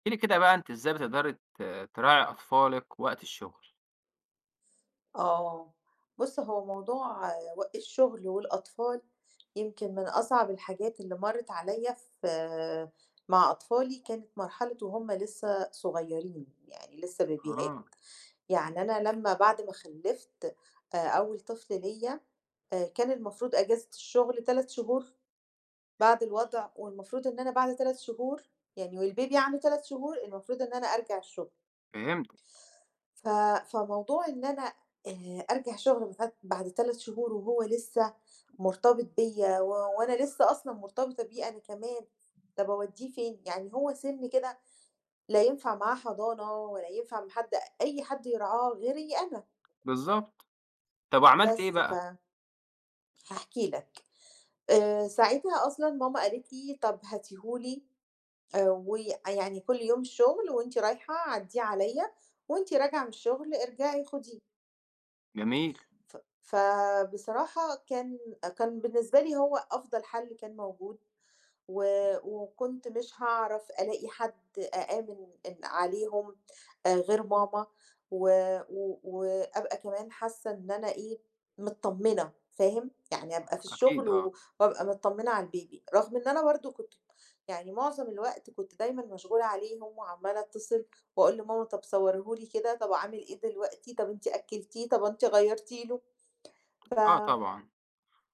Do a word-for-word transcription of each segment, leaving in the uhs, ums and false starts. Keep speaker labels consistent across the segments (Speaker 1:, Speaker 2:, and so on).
Speaker 1: احكِ لي كده بقى أنتِ إزاي بتقدري ت تراعي أطفالِك وقت الشغل؟
Speaker 2: آه، بُص هو موضوع آه، و الشغل والأطفال يمكن من أصعب الحاجات اللي مرّت عليَّ في آه، مع أطفالي كانت مرحلة وهُم لسه صغيرين، يعني لسه بيبيهات،
Speaker 1: آه،
Speaker 2: يعني أنا لمّا بعد ما خلّفت آآ أول طفل ليّا، آآ كان المفروض أجازة الشغل 3 شهور بعد الوضع، والمفروض إن أنا بعد 3 شهور يعني والبيبي عنده 3 شهور المفروض إن أنا أرجع الشغل.
Speaker 1: فهمتِك،
Speaker 2: ف فموضوع إن أنا آآ أرجع شغل بعد بعد 3 شهور وهو لسه مرتبط بيّا و وأنا لسه أصلًا مرتبطة بيه أنا كمان، طب أودّيه فين؟ يعني هو سِن كده لا ينفع معاه حضانة ولا ينفع مع حد، أي حد يرعاه غيري أنا،
Speaker 1: بالضبط. طب وعملتِ
Speaker 2: بس.
Speaker 1: إيه
Speaker 2: ف
Speaker 1: بقى؟
Speaker 2: هاحكي لك. آآ ساعتها أصلًا ماما قالت لي: "طب هاتيه لي، آآ ويعني كل يوم الشغل وأنتِ رايحة عدّيه عليّا، وأنتِ راجعة من الشغل ارجعي خديه."
Speaker 1: جميل،
Speaker 2: ف فبصراحة كان، كان بالنسبة لي هو أفضل حل كان موجود، و وكنت مش هاعرف ألاقي حد أأمن إن عليهم آآ غير ماما، و و وأبقى كمان حاسة إن أنا إيه، متطمنة فاهم؟ يعني أبقى في
Speaker 1: أكيد
Speaker 2: الشغل
Speaker 1: آه،
Speaker 2: و وأبقى متطمنة على البيبي، رغم إن أنا برضه كنت يعني معظم الوقت كنت دايمًا مشغولة عليهم وعمّالة أتصل وأقول لماما طب صوريه لي كده، طب أعمل إيه دلوقتي، طب أنتِ أكلتيه، طب أنتِ غيّرتِ له. ف
Speaker 1: آه طبعًا.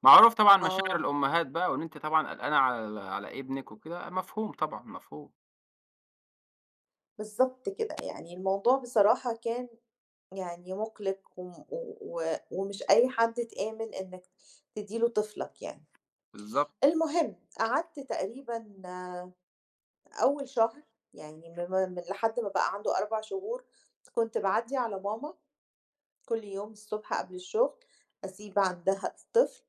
Speaker 1: معروف طبعًا مشاعر
Speaker 2: آه،
Speaker 1: الأمهات بقى وإن أنتِ طبعًا قلقانة على على ابنِك وكده، مفهوم طبعًا، مفهوم،
Speaker 2: بالضبط كده، يعني الموضوع بصراحة كان يعني مُقلِق، وم و و ومش أي حد تآمن إنّك تدّي له طفلك يعني.
Speaker 1: بالضبط.
Speaker 2: المهم قعدت تقريبًا آه، أول شهر، يعني من من من لحد ما بقى عنده 4 شهور، كنت باعدّي على ماما كل يوم الصبح قبل الشغل، أسيب عندها الطفل.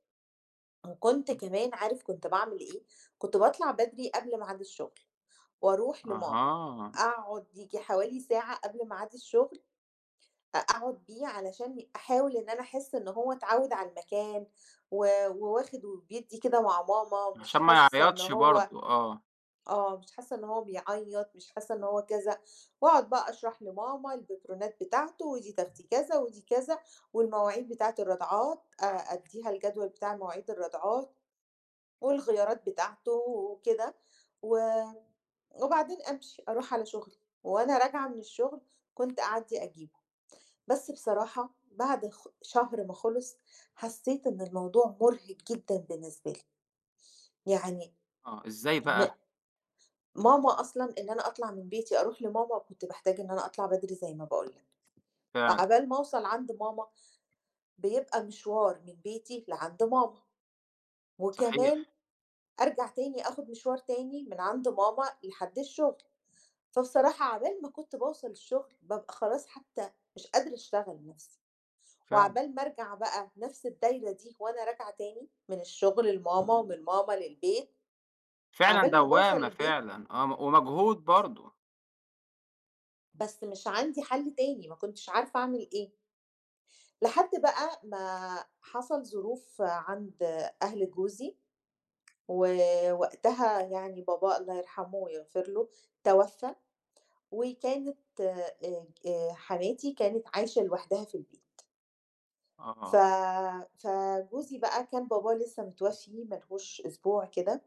Speaker 2: وكنت كمان عارف كنت باعمل إيه، كنت باطلع بدري قبل ميعاد الشغل. وأروح لماما،
Speaker 1: أها،
Speaker 2: أقعد ييجي حوالي ساعة قبل ميعاد الشغل، أ أقعد بيه علشان أحاول إن أنا أحس إن هو اتعود على المكان و وواخد وبيدّي كده مع ماما، مش
Speaker 1: عشان ما
Speaker 2: حاسة إن
Speaker 1: يعيطش
Speaker 2: هو
Speaker 1: برضه، آه،
Speaker 2: آه، مش حاسة إن هو بيعيّط، مش حاسة إن هو كذا، وأقعد بقى أشرح لماما البترونات بتاعته ودي تاخدي كذا ودي كذا، والمواعيد بتاعة الرضعات أ أدّيها الجدول بتاع مواعيد الرضعات، والغيارات بتاعته وكده، و وبعدين أمشي، أروح على شغلي، وأنا راجعة من الشغل كنت أعدّي أجيبه، بس بصراحة بعد خ شهر ما خلص حسّيت إن الموضوع مُرهق جدًا بالنسبة لي، يعني
Speaker 1: آه، إزاي
Speaker 2: م
Speaker 1: بقى؟
Speaker 2: ماما أصلًا إن أنا أطلع من بيتي أروح لماما كنت باحتاج إن أنا أطلع بدري زي ما باقول لك،
Speaker 1: فعلًا،
Speaker 2: وعقبال ما أوصل عند ماما بيبقى مشوار من بيتي لعند ماما، وكمان
Speaker 1: صحيح،
Speaker 2: أرجع تاني آخُد مشوار تاني من عند ماما لحد الشغل. فبصراحة عقبال ما كنت باوصل الشغل، بابقى خلاص حتى مش قادرة أشتغل نفسي،
Speaker 1: فعلًا،
Speaker 2: وعقبال ما أرجع بقى نفس الدايرة دي وأنا راجعة تاني من الشغل لماما، ومن ماما للبيت،
Speaker 1: فعلًا
Speaker 2: عقبال ما باوصل
Speaker 1: دوّامة
Speaker 2: البيت.
Speaker 1: فعلًا، آه، م ومجهود برضه،
Speaker 2: بس مش عندي حل تاني، ما كنتش عارفة أعمل إيه، لحد بقى ما حصل ظروف عند أهل جوزي، ووقتها يعني باباه الله يرحمه ويغفر له توفى، وكانت آآ آآ حماتي كانت عايشة لوحدها في البيت. ف
Speaker 1: آه،
Speaker 2: فجوزي بقى كان باباه لسه متوفي ما لهوش أسبوع كده،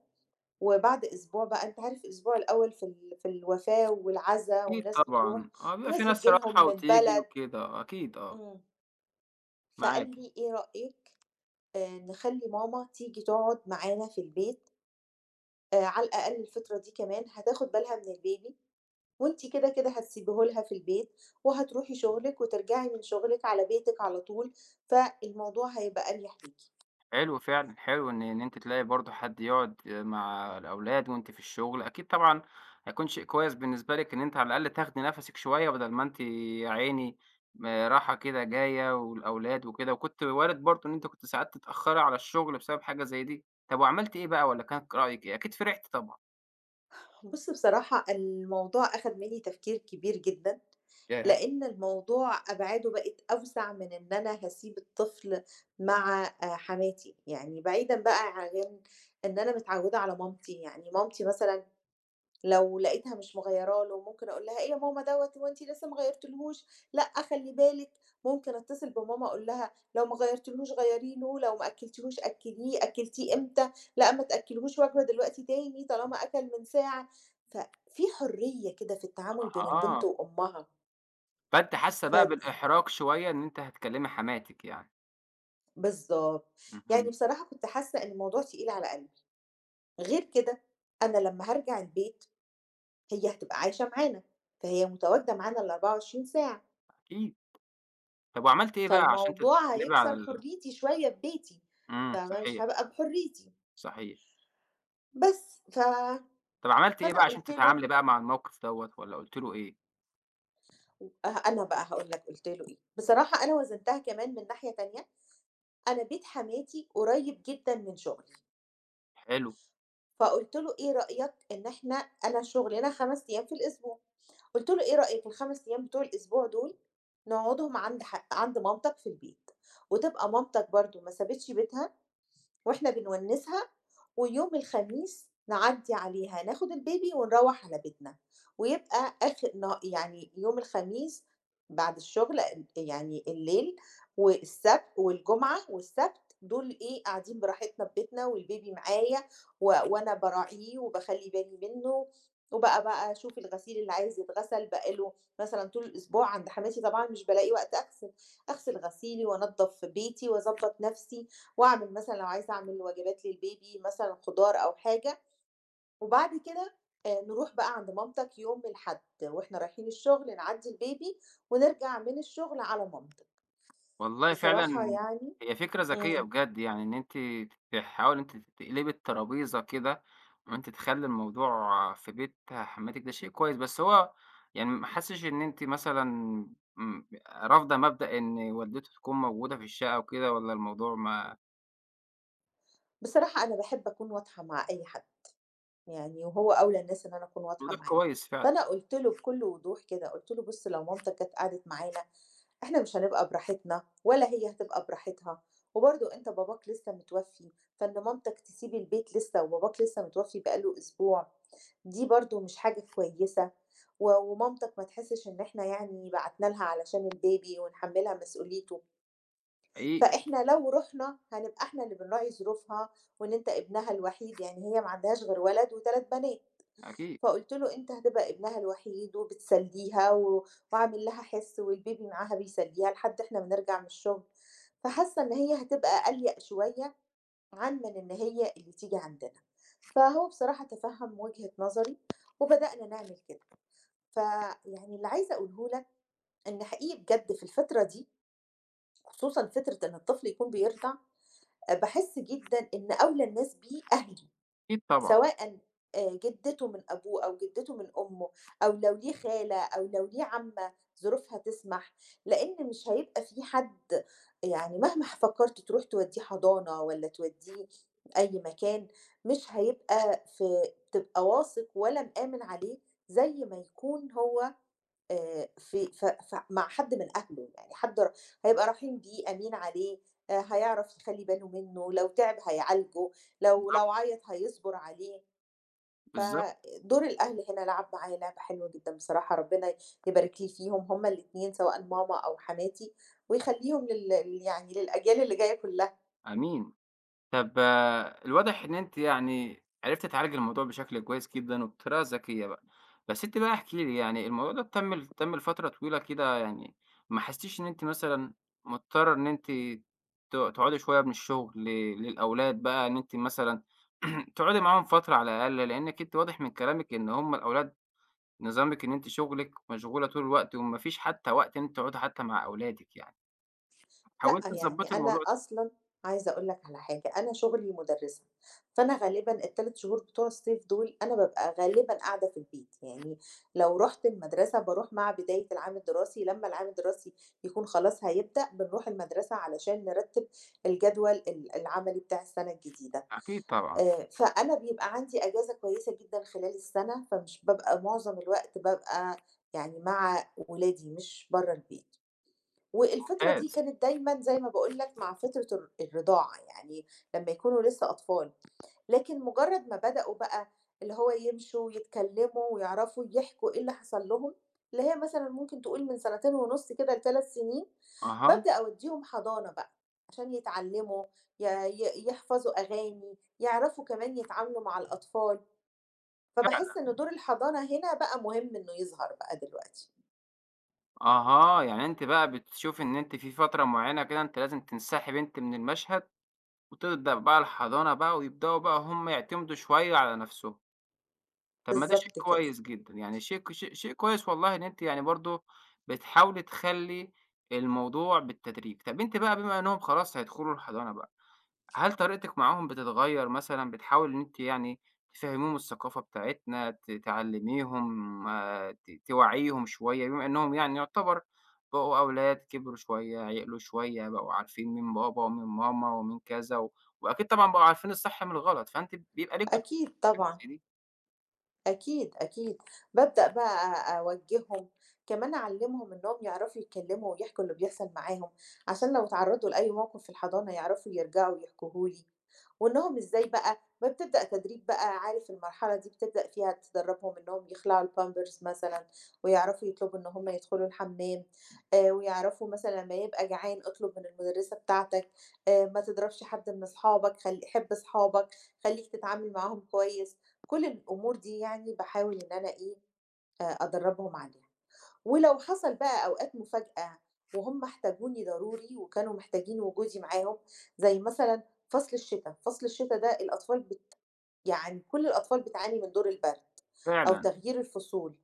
Speaker 2: وبعد أسبوع بقى أنت عارف الأسبوع الأول في ال في الوفاة والعزا
Speaker 1: أكيد
Speaker 2: وناس بتروح
Speaker 1: طبعًا، آه، بيبقى في
Speaker 2: وناس
Speaker 1: ناس
Speaker 2: بتيجي لهم
Speaker 1: راحة
Speaker 2: من
Speaker 1: وتيجي
Speaker 2: البلد،
Speaker 1: وكده، أكيد آه.
Speaker 2: إمم،
Speaker 1: معاكِ.
Speaker 2: فقال لي: "إيه رأيِك آآ نخلّي ماما تيجي تقعد معانا في البيت، آآ على الأقل الفترة دي كمان هتاخد بالها من الbaby وأنتِ كده، كده هتسيبيه لها في البيت، وهتروحي شغلِك وترجعي من شغلِك على بيتِك على طول، فالموضوع هيبقى أريح ليكِ."
Speaker 1: حلو فعلًا، حلو إن إن أنتِ تلاقي برضه حد يقعد مع الأولاد وأنتِ في الشغل، أكيد طبعًا هيكون شيء كويس بالنسبة لِك إن أنتِ على الأقل تاخدي نَفَسِك شوية بدل ما أنتِ يا عيني م راحة كده جاية والأولاد وكده، وكنت وارد برضه إن أنتِ كنتِ ساعات تتأخّري على الشغل بسبب حاجة زي دي. طب وعملتِ إيه بقى والّا كان رأيِك إيه؟ أكيد فرحتِ طبعًا.
Speaker 2: بُص بصراحة الموضوع أخَد منّي تفكير كبير جدًا،
Speaker 1: ياه!
Speaker 2: لإن الموضوع أبعاده بقت أوسع من إن أنا هاسيب الطفل مع آآ حماتي، يعني بعيدًا بقى عن إن أنا متعوّدة على مامتي، يعني مامتي مثلًا لو لقيتها مش مغيّرة له، ممكن أقول لها: "إيه يا ماما دوّة، هو أنتِ لسه ما غيّرتيلهوش؟ لأ خلّي بالِك." ممكن أتصل بماما أقول لها: "لو ما غيّرتيلهوش غيّري له، لو ما أكّلتيهوش أكّليه، أكّلتيه إمتى؟ لأ ما تأكّليهوش وجبة دلوقتي تاني طالما أكل من ساعة." ففي حرية كده في التعامل بين
Speaker 1: آه،
Speaker 2: البنت وأمها،
Speaker 1: فأنتِ حاسة
Speaker 2: ف
Speaker 1: بقى بالإحراج شوية إن أنتِ هتكلّمي حماتِك يعني.
Speaker 2: بالضبط. يعني
Speaker 1: اهم،
Speaker 2: بصراحة كنت حاسة إن الموضوع تقيل على قلبي، غير كده أنا لمّا هارجع البيت هي هتبقى عايشة معانا، فهي متواجدة معانا الأربع وعشرين ساعة.
Speaker 1: أكيد. طب وعملتِ إيه بقى عشان
Speaker 2: فالموضوع
Speaker 1: تتغلبي على
Speaker 2: هيكسر
Speaker 1: ال
Speaker 2: حريتي شوية في بيتي،
Speaker 1: إمم،
Speaker 2: فمش
Speaker 1: صحيح.
Speaker 2: هابقى بحريتي،
Speaker 1: صحيح.
Speaker 2: بس. ف
Speaker 1: طب عملتِ إيه
Speaker 2: فأنا
Speaker 1: بقى عشان
Speaker 2: قُلت له،
Speaker 1: تتعاملي بقى مع الموقف دوّة والّا قُلتِ له إيه؟
Speaker 2: و أه أنا بقى هاقول لك قُلت له إيه، بصراحة أنا وزنتها كمان من ناحية تانية، أنا بيت حماتي قريب جدًا من شغلي،
Speaker 1: حلو،
Speaker 2: فقُلت له: "إيه رأيك إن إحنا، أنا شغلنا 5 أيام في الأسبوع." قُلت له: "إيه رأيك الخمس أيام بتوع الأسبوع دول نقعدهم عند ح عند مامتك في البيت، وتبقى مامتك برضه ما سابتش بيتها وإحنا بنونِّسها، ويوم الخميس نعدّي عليها، ناخد البيبي ونروّح على بيتنا، ويبقى آخر نه يعني يوم الخميس بعد الشغل، ال يعني الليل والسبت، والجمعة والسبت دول إيه، قاعدين براحتنا في بيتنا والبيبي معايا و وأنا باراعيه وباخلّي بالي منّه، وبقى بقى أشوف الغسيل اللي عايز يتغسل بقى له، مثلًا طول الأسبوع عند حماتي طبعًا مش بالاقي وقت أغسل، أغسل غسيلي وأنضّف بيتي وأضبّط نَفْسي. وأعمل مثلًا لو عايزة أعمل وجبات للبيبي مثلًا خضار أو حاجة، وبعد كده آآ نروح بقى عند مامتك يوم الأحد، وإحنا رايحين الشغل نعدّي البيبي ونرجع من الشغل على مامتك."
Speaker 1: والله
Speaker 2: بصراحة
Speaker 1: فعلًا
Speaker 2: يعني،
Speaker 1: هي فكرة ذكية
Speaker 2: إمم،
Speaker 1: بجد يعني إن أنتِ تحاولي إن أنتِ تقلبي الترابيزة كده وإن أنتِ تخلّي الموضوع في بيت حماتِك، ده شيء كويس، بس هو يعني ما حسّش إن أنتِ مثلًا امم، رافضة مبدأ إن والدته تكون موجودة في الشقة وكده والّا الموضوع ما
Speaker 2: بصراحة أنا باحب أكون واضحة مع أي حد، يعني وهو أولى الناس إن أنا أكون واضحة
Speaker 1: الموضوع
Speaker 2: معاه.
Speaker 1: كويس فعلًا،
Speaker 2: فأنا قُلت له بكل وضوح كده، قُلت له: "بُص لو مامتك كانت قعدت معانا إحنا مش هنبقى براحتنا ولا هي هتبقى براحتها، وبرضه أنت باباك لسه متوفّي، فإن مامتك تسيب البيت لسه وباباك لسه متوفّي بقى له أسبوع، دي برضه مش حاجة كويسة، و ومامتك ما تحسّش إن إحنا يعني بعتنا لها علشان الBaby ونحمّلها مسؤوليته،
Speaker 1: حقيقي،
Speaker 2: فإحنا لو رُحنا هنبقى إحنا اللي بنراعي ظروفها، وإن أنت ابنها الوحيد، يعني هي ما عندهاش غير ولد وتلات بنات."
Speaker 1: أكيد،
Speaker 2: فقُلت له: "أنت هتبقى ابنها الوحيد وبتسلّيها، و وأعمل لها حِس والبيبي معاها بيسلّيها لحد إحنا ما نرجع من الشغل." فحاسة إن هي هتبقى أليَأ شوية عن من إن هي اللي تيجي عندنا. فهو بصراحة تفهَّم وجهة نظري وبدأنا نعمل كده. فيعني اللي عايزة أقوله لك إن حقيقي بجد في الفترة دي، خصوصًا فترة إن الطفل يكون بيرضع، أ باحس جدًا إن أولى الناس بيه أهله.
Speaker 1: أكيد طبعًا،
Speaker 2: سواءً آآ جدته من أبوه أو جدته من أمه، أو لو ليه خالة أو لو ليه عمّة ظروفها تسمح، لإن مش هيبقى في حد، يعني مهما ح فكّرت تروح تودّيه حضانة والّا تودّيه أي مكان، مش هيبقى في، تبقى واثق ولا مآمن عليه زي ما يكون هو آآ في ف ف مع حد من أهله، يعني حد ر هيبقى رحيم بيه، أمين عليه، آآ هيعرف يخلّي باله منّه، لو تعب هيعالجه، لو لو عيّط هيصبر عليه،
Speaker 1: بالضبط،
Speaker 2: فدور الأهل هنا لعب معايا لعبة حلوة جدا بصراحة، ربنا يبارك لي فيهم هُم الاتنين سواء ماما أو حماتي، ويخلّيهم لل لل يعني للأجيال اللي جاية كلّها.
Speaker 1: أمين. طب آآ، الواضح إن أنتِ يعني عرفتِ تعالجي الموضوع بشكل كويس جدًا وبطريقة ذكية بقى، بس أنتِ بقى احكي لي يعني الموضوع ده تَم ل تَم لفترة طويلة كده يعني ما حسيتيش إن أنتِ مثلًا مضطرة إن أنتِ ت تقعدي شوية من الشغل ل للأولاد بقى إن أنتِ مثلًا تقعدي معاهم فترة على الأقل، لإنِّك أنتِ واضح من كلامِك إن هم الأولاد نظامِك إن أنتِ شغلِك مشغولة طول الوقت وما فيش حتى وقت إن أنتِ تقعدي حتى مع أولادِك يعني،
Speaker 2: لأ
Speaker 1: حاولتِ
Speaker 2: يعني
Speaker 1: تضبّطي
Speaker 2: أنا
Speaker 1: الموضوع ده؟
Speaker 2: أصلًا عايزة أقول لك على حاجة، أنا شغلي مُدرِّسة، فأنا غالبًا الثلاث شهور بتوع الصيف دول أنا بابقى غالبًا قاعدة في البيت، يعني لو رُحت المدرسة باروح مع بداية العام الدراسي، لمّا العام الدراسي يكون خلاص هيبدأ، بنروح المدرسة علشان نرتّب الجدول ال العملي بتاع السنة الجديدة.
Speaker 1: أكيد طبعًا،
Speaker 2: آآ، فأنا بيبقى عندي أجازة كويسة جدًا خلال السنة، فمش بابقى معظم الوقت، بابقى يعني مع ولادي مش برّه البيت، والفترة دي
Speaker 1: ممتاز،
Speaker 2: كانت دايمًا زي ما باقول لك مع فترة الر الرضاعة، يعني لمّا يكونوا لسه أطفال. لكن مجرد ما بدأوا بقى اللي هو يمشوا ويتكلموا ويعرفوا يحكوا إيه اللي حصل لهم، اللي هي مثلًا ممكن تقول من سنتين ونُص كده لثلاث سنين،
Speaker 1: أها،
Speaker 2: بابدأ أودّيهم حضانة بقى، عشان يتعلموا ي ي يحفظوا أغاني، يعرفوا كمان يتعاملوا مع الأطفال، فباحس
Speaker 1: فعلًا.
Speaker 2: إن دور الحضانة هنا بقى مهم إنه يظهر بقى دلوقتي.
Speaker 1: أها، يعني أنتِ بقى بتشوفي إن أنتِ في فترة معيّنة كده أنتِ لازم تنسحبي أنتِ من المشهد، وتبدأ بقى الحضانة بقى ويبدأوا بقى هُم يعتمدوا شوية على نَفْسهم، طَب ما ده شيء
Speaker 2: بالضبط كده.
Speaker 1: كويس جدًا، يعني شيء شيء شيء كويس والله إن أنتِ يعني برضه بتحاولي تخلّي الموضوع بالتدريج، طَب أنتِ بقى بما إنّهم خلاص هيدخلوا الحضانة بقى هل طريقتِك معاهم بتتغيّر مثلًا، بتحاولي إن أنتِ يعني تفهّميهم الثقافة بتاعتنا، ت تعلّميهم آه، ت توعّيهم شوية، بما إنّهم يعني يُعتبر بقوا أولاد كبروا شوية، عِقلوا شوية، بقوا عارفين مين بابا ومين ماما ومين كذا و وأكيد طبعًا بقوا عارفين الصح من الغلط، فأنتِ بيبقى ليكِ دور
Speaker 2: أكيد
Speaker 1: في حاجة
Speaker 2: طبعًا.
Speaker 1: زي دي
Speaker 2: أكيد، أكيد. بابدأ بقى أ أوجّههم، كمان أعلّمهم إنّهم يعرفوا يتكلّموا ويحكوا اللي بيحصل معاهم، عشان لو اتعرّضوا لأي موقف في الحضانة يعرفوا يرجعوا يحكوه لي، وإنّهم إزاي بقى ما بتبدأ تدريب بقى عارف المرحلة دي بتبدأ فيها تدرّبهم إنّهم يخلعوا الpampers مثلًا، ويعرفوا يطلبوا إن هم يدخلوا الحمّام، آآ ويعرفوا مثلًا لمّا يبقى جعان اطلب من المُدرّسة بتاعتك، آآ ما تضربش حد من أصحابك، خل حِب أصحابك، خلّيك تتعامل معاهم كويس. كل الأمور دي يعني باحاول إن أنا إيه، آآ أدرّبهم عليها. ولو حصل بقى أوقات مفاجأة وهُم احتاجوني ضروري وكانوا محتاجين وجودي معاهم، زي مثلًا فصل الشتا، فصل الشتا ده الأطفال بت يعني كل الأطفال بتعاني من دور البرد، أو
Speaker 1: فعلًا،
Speaker 2: تغيير الفصول،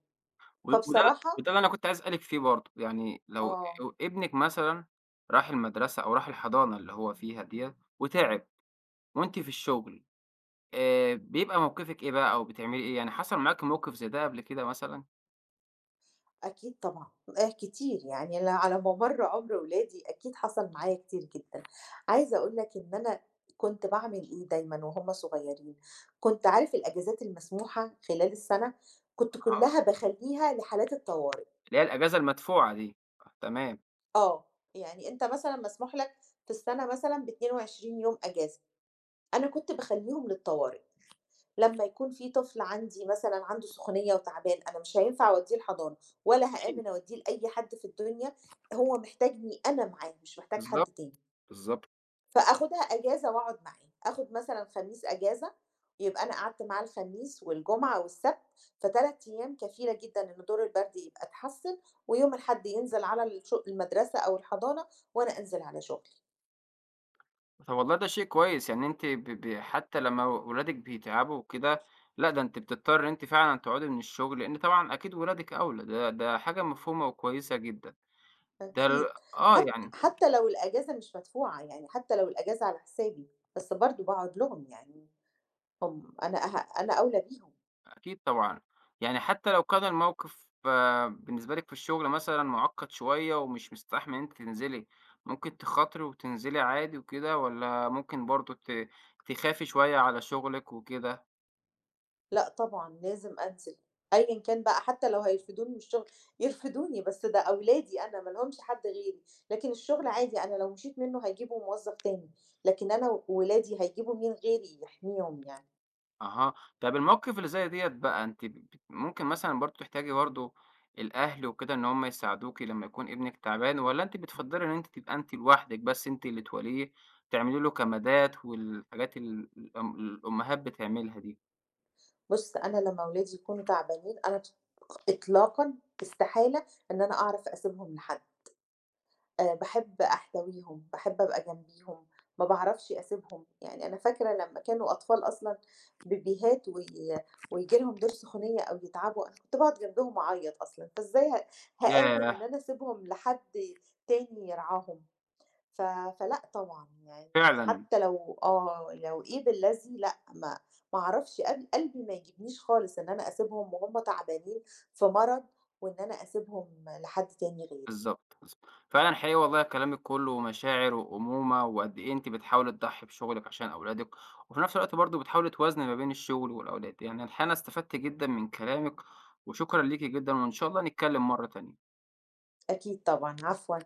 Speaker 1: و وده
Speaker 2: فبصراحة
Speaker 1: وده اللي أنا كنت عايز أسألِك فيه برضه، يعني لو
Speaker 2: آه.
Speaker 1: لو ابنِك مثلًا راح المدرسة أو راح الحضانة اللي هو فيها ديّة وتِعِب وأنتِ في الشغل آآ بيبقى موقفِك إيه بقى أو بتعملي إيه؟ يعني حصل معاكِ موقف زي ده قبل كده مثلًا؟
Speaker 2: أكيد طبعًا، آه كتير، يعني أنا على مَمَر عُمر ولادي أكيد حصل معايا كتير جدًا. عايزة أقول لك إن أنا كنت باعمل إيه دايمًا وهُم صغيرين، كنت عارف الأجازات المسموحة خلال السَنة، كنت كُلّها باخلّيها لحالات الطوارئ.
Speaker 1: اللي هي الأجازة المدفوعة دي، آه تمام.
Speaker 2: آه، يعني أنت مثلًا مسموح لك في السَنة مثلًا باتنين وعشرين يوم أجازة، أنا كنت باخلّيهم للطوارئ. لمّا يكون في طفل عندي مثلًا عنده سخونية وتعبان، أنا مش هينفع أودّيه الحضانة ولا
Speaker 1: أكيد.
Speaker 2: هامِن أودّيه لأي حد في الدنيا، هو محتاجني أنا معاه، مش محتاج حد
Speaker 1: بالضبط،
Speaker 2: تاني،
Speaker 1: بالضبط.
Speaker 2: فآخُدها إجازة وأقعد معاه، آخُد مثلًا خميس إجازة، يبقى أنا قعدت معاه الخميس والجمعة والسبت، فتلات أيام كفيلة جدًا إن دور البرد يبقى اتحسّن، ويوم الأحد ينزل على الش المدرسة أو الحضانة وأنا أنزل على شُغلي.
Speaker 1: طب والله ده شيء كويس، يعني أنتِ ب ب حتى لمّا ولادِك بيتعبوا وكده، لأ ده أنتِ بتضطري أنتِ فعلًا تقعدي من الشغل، لإن طبعًا أكيد ولادِك أولى، ده ده حاجة مفهومة وكويسة جدًا. ده ال
Speaker 2: أكيد.
Speaker 1: آه،
Speaker 2: حت
Speaker 1: يعني
Speaker 2: حتى لو الأجازة مش مدفوعة، يعني حتى لو الأجازة على حسابي، بس برضه باقعد لهم يعني، هم أنا أه أنا أولى بيهم.
Speaker 1: أكيد طبعًا، يعني حتى لو كان الموقف آه، بالنسبة لِك في الشغل مثلًا مُعقّد شوية ومش مستحمل إن أنتِ تنزلي، ممكن تخاطري وتنزلي عادي وكده والّا ممكن برضه ت تخافي شوية على شغلِك وكده؟
Speaker 2: لأ طبعًا لازم أنزل، أيًا كان بقى حتى لو هيرفدوني من الشغل، يرفدوني بس ده أولادي أنا ما لهمش حد غيري، لكن الشغل عادي أنا لو مشيت منه هيجيبوا موظف تاني، لكن أنا و ولادي هيجيبوا مين غيري يحميهم يعني.
Speaker 1: أها، طب المواقف اللي زي ديّة بقى أنتِ ب ب- ممكن مثلًا برضه تحتاجي برضه الأهل وكده إن هُم يساعدوكِ لمّا يكون ابنِك تعبان والّا أنتِ بتفضّلي إن أنتِ تبقى أنتِ لوحدِك بس أنتِ اللي توليه، تعملي له كمادات والحاجات ال الأم الأمهات بتعملها دي؟
Speaker 2: بُص أنا لمّا ولادي يكونوا تعبانين أنا ط إطلاقًا استحالة إن أنا أعرف أسيبهم لحد. آآ باحب أحتويهم، باحب أبقى جنبيهم، ما باعرفش أسيبهم، يعني أنا فاكرة لمّا كانوا أطفال أصلًا بيبيهات وي وييجي لهم دور سخونية أو يتعبوا، أنا كنت باقعد جنبهم أعيّط أصلًا، فإزاي ه هآمن إن
Speaker 1: ياه!
Speaker 2: أنا أسيبهم لحد تاني يرعاهم؟ ف فلأ طبعًا، يعني
Speaker 1: فعلًا،
Speaker 2: حتى لو آه، لو إيه باللذي لأ، ما ما أعرفش قل قلبي ما يجيبنيش خالص إن أنا أسيبهم وهُم تعبانين في مرض، وإن أنا أسيبهم لحد تاني غيري،
Speaker 1: بالضبط، بالضبط. فعلًا حقيقي والله كلامِك كُلّه مشاعر وأمومة، وقد إيه أنتِ بتحاولي تضحّي بشغلِك عشان أولادِك، وفي نفس الوقت برضه بتحاولي توازني ما بين الشغل والأولاد. يعني الحقيقة أنا استفدت جدًا من كلامِك، وشكرًا ليكِ جدًا، وإن شاء الله نتكلم مرّة تانية.
Speaker 2: أكيد طبعًا، عفوًا.